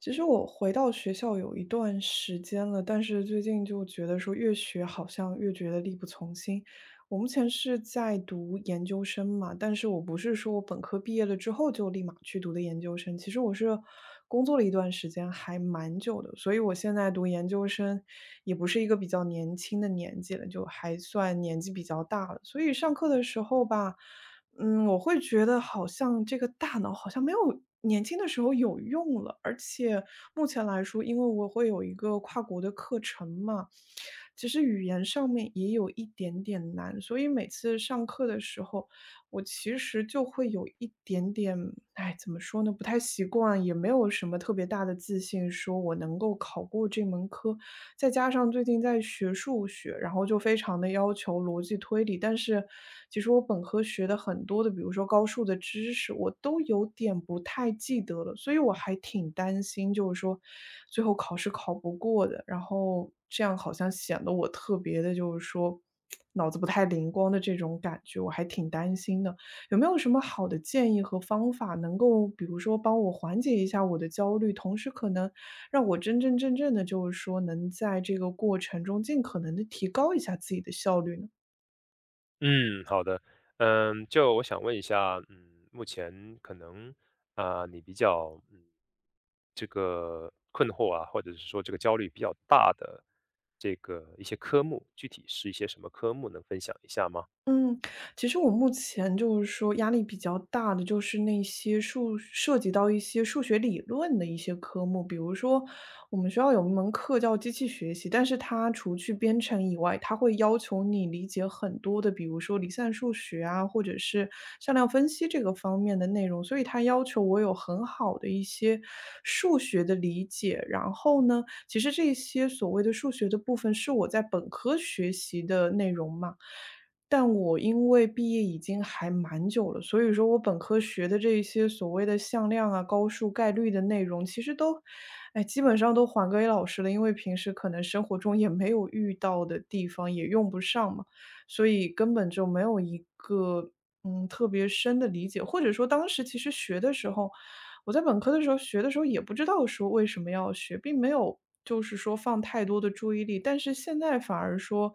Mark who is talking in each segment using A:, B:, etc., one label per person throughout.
A: 其实我回到学校有一段时间了，但是最近就觉得说越学好像越觉得力不从心。我目前是在读研究生嘛，但是我不是说我本科毕业了之后就立马去读的研究生，其实我是工作了一段时间，还蛮久的，所以我现在读研究生也不是一个比较年轻的年纪了，就还算年纪比较大了，所以上课的时候吧。我会觉得好像这个大脑好像没有年轻的时候有用了，而且目前来说，因为我会有一个跨国的课程嘛，其实语言上面也有一点点难，所以每次上课的时候，我其实就会有一点点，哎，怎么说呢，不太习惯，也没有什么特别大的自信，说我能够考过这门科。再加上最近在学数学，然后就非常的要求逻辑推理。但是其实我本科学的很多的，比如说高数的知识，我都有点不太记得了，所以我还挺担心，就是说最后考试考不过的，然后这样好像显得我特别的，就是说脑子不太灵光的这种感觉，我还挺担心的。有没有什么好的建议和方法能够比如说帮我缓解一下我的焦虑，同时可能让我真真正正的，就是说能在这个过程中尽可能的提高一下自己的效率呢？
B: 嗯，好的。就我想问一下，目前可能你比较这个困惑啊，或者是说这个焦虑比较大的这个一些科目，具体是一些什么科目，能分享一下吗？
A: 嗯，其实我目前就是说压力比较大的，就是那些数涉及到一些数学理论的一些科目，比如说我们学校有一门课叫机器学习，但是它除去编程以外，它会要求你理解很多的，比如说离散数学啊，或者是向量分析这个方面的内容，所以它要求我有很好的一些数学的理解。然后呢，其实这些所谓的数学的部分是我在本科学习的内容嘛。但我因为毕业已经还蛮久了，所以说我本科学的这一些所谓的向量啊、高数、概率的内容，其实都，哎，基本上都还给老师了，因为平时可能生活中也没有遇到的地方，也用不上嘛，所以根本就没有一个特别深的理解，或者说当时其实学的时候，我在本科的时候学的时候也不知道说为什么要学，并没有就是说放太多的注意力，但是现在反而说，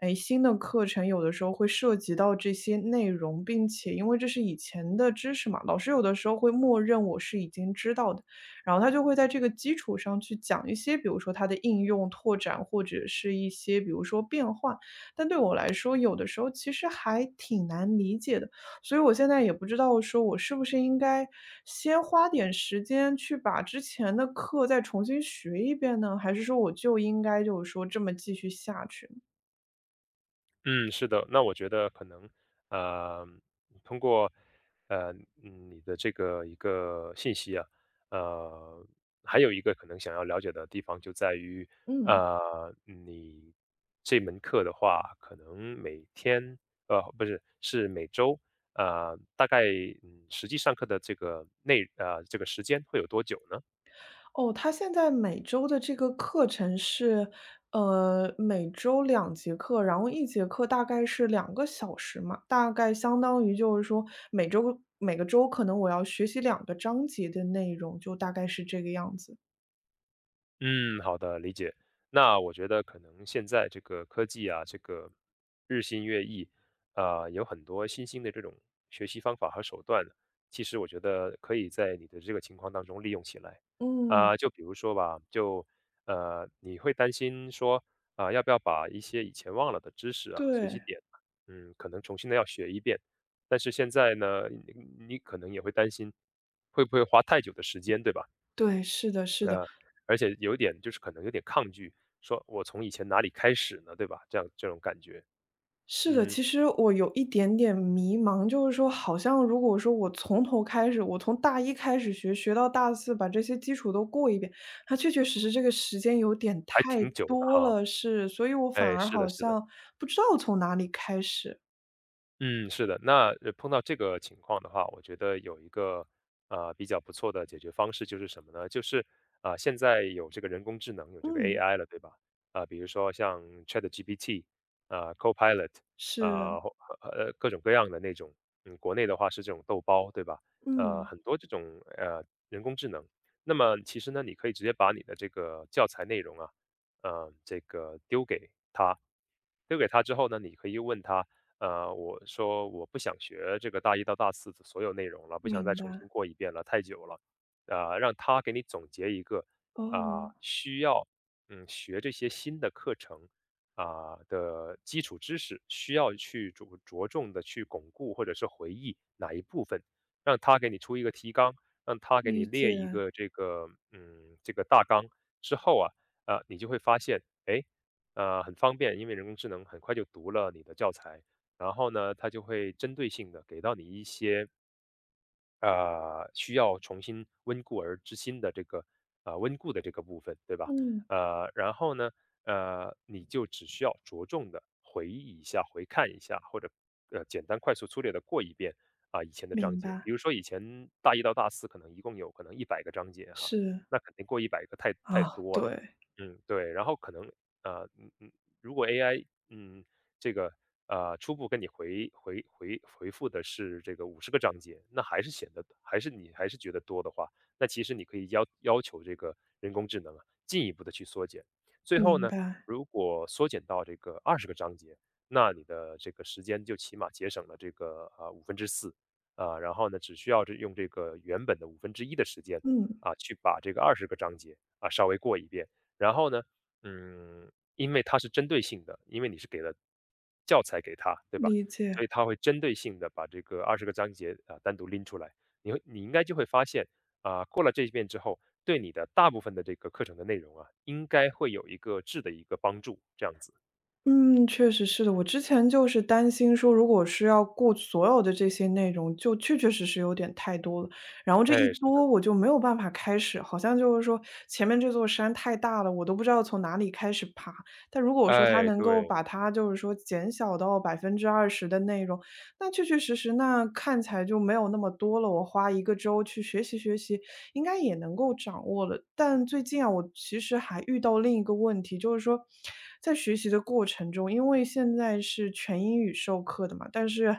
A: 哎，新的课程有的时候会涉及到这些内容，并且因为这是以前的知识嘛，老师有的时候会默认我是已经知道的，然后他就会在这个基础上去讲一些，比如说它的应用拓展，或者是一些比如说变换，但对我来说，有的时候其实还挺难理解的。所以我现在也不知道说我是不是应该先花点时间去把之前的课再重新学一遍呢？还是说我就应该就是说这么继续下去呢？
B: 嗯，是的，那我觉得可能，呃，通过，呃，你的这个一个信息啊，呃，还有一个可能想要了解的地方就在于，
A: 嗯，
B: 你这门课的话，可能每天，不是，是每周，大概，实际上课的这个内，呃，这个时间会有多久呢？
A: 哦，他现在每周的这个课程是，呃，每周2节课，然后一节课大概是2个小时嘛，大概相当于就是说每周每个周可能我要学习2个章节的内容，就大概是这个样子。
B: 嗯，好的，理解。那我觉得可能现在这个科技啊，这个日新月异，有很多新兴的这种学习方法和手段，其实我觉得可以在你的这个情况当中利用起来。
A: 嗯，
B: 就比如说吧，就你会担心说要不要把一些以前忘了的知识啊、学习
A: 对，
B: 点，可能重新的要学一遍。但是现在呢，你可能也会担心会不会花太久的时间，对吧？
A: 对，是的，是的。
B: 而且有点就是可能有点抗拒，说我从以前哪里开始呢，对吧？这样这种感觉，
A: 是的，
B: 嗯，
A: 其实我有一点点迷茫，就是说，好像如果说我从头开始，我从大一开始学，学到大四，把这些基础都过一遍，它确确实实这个时间有点
B: 还
A: 太
B: 挺久的
A: 多
B: 哈。
A: 了，是，所以我
B: 哎，
A: 反而
B: 是的
A: 好
B: 是的。
A: 像不知道从哪里开始。
B: 嗯，是的，那碰到这个情况的话，我觉得有一个比较不错的解决方式就是什么呢？就是现在有这个人工智能，有这个
A: 嗯，
B: AI 了，对吧？比如说像 ChatGPT Copilot
A: 是，
B: 或各种各样的那种，国内的话是这种豆包，对吧？
A: 嗯，
B: 很多这种人工智能，那么其实呢，你可以直接把你的这个教材内容啊，这个丢给他之后呢，你可以问他，我说我不想学这个大一到大四的所有内容了，不想再
A: 明
B: 重
A: 白，
B: 新过一遍了，太久了。让他给你总结一个
A: 哦，
B: 需要学这些新的课程的基础知识，需要去着重的去巩固或者是回忆哪一部分，让他给你出一个提纲，让他给你
A: 理解，
B: 列一个这个这个大纲之后啊，你就会发现，哎。很方便，因为人工智能很快就读了你的教材，然后呢，它就会针对性的给到你一些需要重新温故而知新的这个温故的这个部分，对吧？
A: 嗯，
B: 然后呢，你就只需要着重的回忆一下、回看一下，或者简单、快速、粗略的过一遍以前的章
A: 明
B: 节。
A: 白，
B: 比如说以前大一到大四可能一共有可能100个章节哈，
A: 是，
B: 那肯定过一百个太
A: 啊，
B: 多了。
A: 对，
B: 嗯，对，然后可能呃嗯嗯，如果 AI 这个初步跟你回复的是这个50个章节，那还是显得还是你还是觉得多的话，那其实你可以要求这个人工智能啊进一步的去缩减。最后
A: 明
B: 呢，
A: 白，
B: 如果缩减到这个二十个章节，那你的这个时间就起码节省了这个五分之四然后呢只需要这用这个原本的五分之一的时间
A: 嗯，
B: 去把这个二十个章节稍微过一遍，然后呢因为它是针对性的，因为你是给了教材给他，对吧？
A: 理解。
B: 所以他会针对性的把这个二十个章节，单独拎出来。你应该就会发现，过了这一遍之后，对你的大部分的这个课程的内容啊，应该会有一个质的一个帮助，这样子。
A: 嗯，确实是的。我之前就是担心说，如果是要过所有的这些内容，就确确实实有点太多了。然后这一
B: 哎，是的，
A: 多，我就没有办法开始，好像就是说前面这座山太大了，我都不知道从哪里开始爬。但如果说它
B: 哎，
A: 能够
B: 对，
A: 把它就是说减小到20%的内容，那确确实实，那看起来就没有那么多了，我花1个周去学习学习，应该也能够掌握了。但最近啊，我其实还遇到另一个问题，就是说在学习的过程中，因为现在是全英语授课的嘛，但是，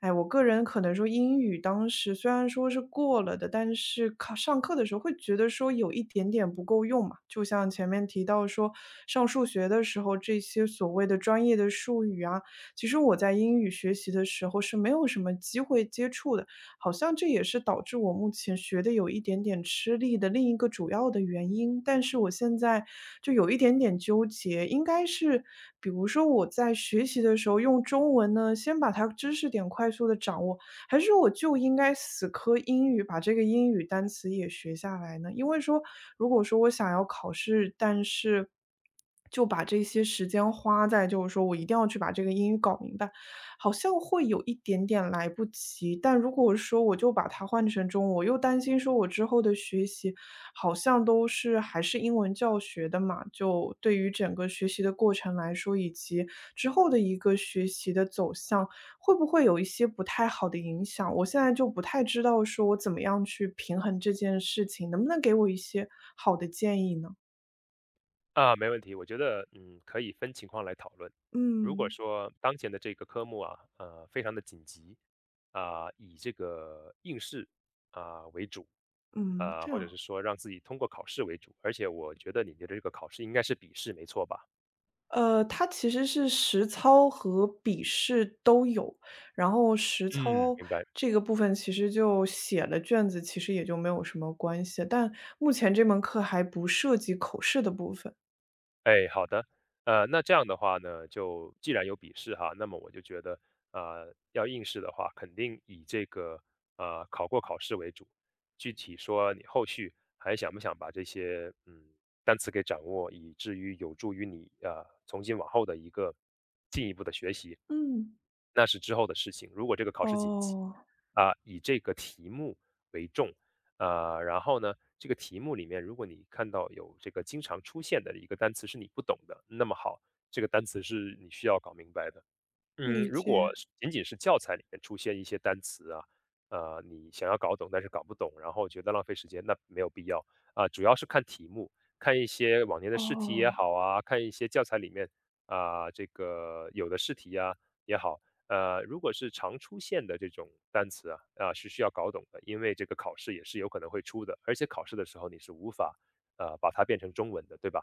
A: 哎，我个人可能说英语当时虽然说是过了的，但是考上课的时候会觉得说有一点点不够用嘛。就像前面提到说，上数学的时候，这些所谓的专业的术语啊，其实我在英语学习的时候是没有什么机会接触的，好像这也是导致我目前学的有一点点吃力的另一个主要的原因。但是我现在就有一点点纠结，应该是比如说我在学习的时候用中文呢，先把它知识点快速的掌握，还是我就应该死磕英语，把这个英语单词也学下来呢？因为说，如果说我想要考试，但是就把这些时间花在，就是说我一定要去把这个英语搞明白，好像会有一点点来不及。但如果说我就把它换成中文，我又担心说我之后的学习好像都是还是英文教学的嘛，就对于整个学习的过程来说，以及之后的一个学习的走向。会不会有一些不太好的影响？我现在就不太知道说我怎么样去平衡这件事情，能不能给我一些好的建议呢？
B: 没问题。我觉得，可以分情况来讨论。如果
A: 嗯，
B: 说当前的这个科目啊，非常的紧急，以这个应试，为主，
A: 嗯，这
B: 或者
A: 样。
B: 是说让自己通过考试为主，而且我觉得你的这个考试应该是笔试没错吧？
A: 它其实是实操和笔试都有，然后实
B: 嗯，
A: 操
B: 明白。
A: 这个部分其实就写了卷子，其实也就没有什么关系，但目前这门课还不涉及口试的部分。
B: 哎，好的，那这样的话呢，就既然有笔试哈，那么我就觉得，要应试的话，肯定以这个考过考试为主。具体说，你后续还想不想把这些单词给掌握，以至于有助于你从今往后的一个进一步的学习，
A: 嗯，
B: 那是之后的事情。如果这个考试紧急
A: 哦，
B: 以这个题目为重然后呢，这个题目里面，如果你看到有这个经常出现的一个单词是你不懂的，那么好，这个单词是你需要搞明白的。
A: 理
B: 如
A: 解，
B: 果是仅仅是教材里面出现一些单词啊，你想要搞懂，但是搞不懂，然后觉得浪费时间，那没有必要。主要是看题目，看一些往年的试题也
A: 哦，
B: 好啊，看一些教材里面这个有的试题呀也好，如果是常出现的这种单词啊，是需要搞懂的，因为这个考试也是有可能会出的，而且考试的时候你是无法把它变成中文的，对吧？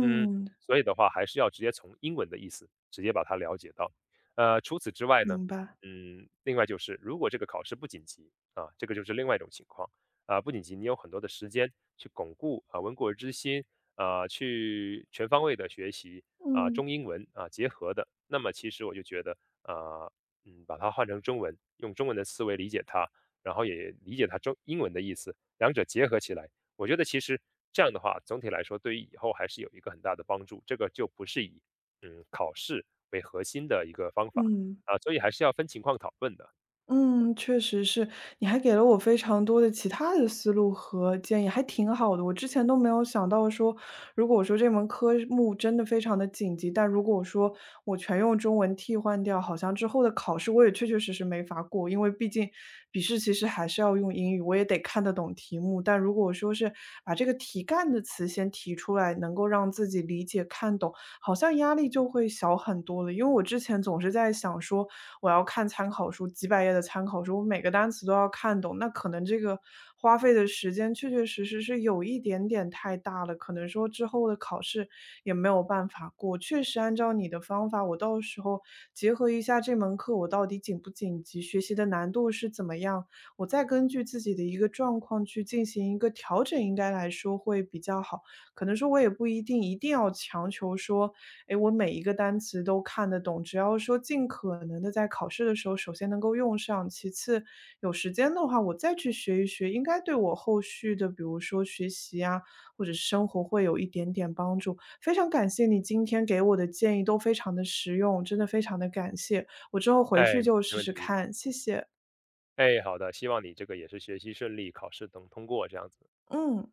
B: 嗯，所以的话还是要直接从英文的意思直接把它了解到。除此之外呢，
A: 明白，
B: 另外就是如果这个考试不紧急啊，这个就是另外一种情况不紧急，你有很多的时间去巩固啊温故而知新去全方位的学习
A: 嗯，
B: 中英文啊结合的，那么其实我就觉得啊，把它换成中文，用中文的思维理解它，然后也理解它中英文的意思，两者结合起来，我觉得其实这样的话，总体来说对于以后还是有一个很大的帮助。这个就不是以考试为核心的一个方法。
A: 嗯。
B: 所以还是要分情况讨论的。
A: 嗯，确实是，你还给了我非常多的其他的思路和建议，还挺好的。我之前都没有想到说，如果我说这门科目真的非常的紧急，但如果我说我全用中文替换掉，好像之后的考试我也确确实实没法过，因为毕竟笔试其实还是要用英语，我也得看得懂题目。但如果我说是把这个题干的词先提出来，能够让自己理解看懂，好像压力就会小很多了。因为我之前总是在想说，我要看参考书，几百页的参考书，我每个单词都要看懂，那可能这个花费的时间确确实实是有一点点太大了，可能说之后的考试也没有办法过。确实，按照你的方法，我到时候结合一下这门课我到底紧不紧急，学习的难度是怎么样，我再根据自己的一个状况去进行一个调整，应该来说会比较好。可能说我也不一定一定要强求说，哎，我每一个单词都看得懂，只要说尽可能的在考试的时候首先能够用上，其次有时间的话我再去学一学，应该对我后续的比如说学习啊，或者是生活会有一点点帮助。非常感谢你今天给我的建议都非常的实用，真的非常的感谢，我之后回去
B: 哎，
A: 就
B: 没
A: 试
B: 问
A: 试
B: 题。
A: 看，谢谢，
B: 哎，好的，希望你这个也是学习顺利，考试能通过这样子。
A: 嗯。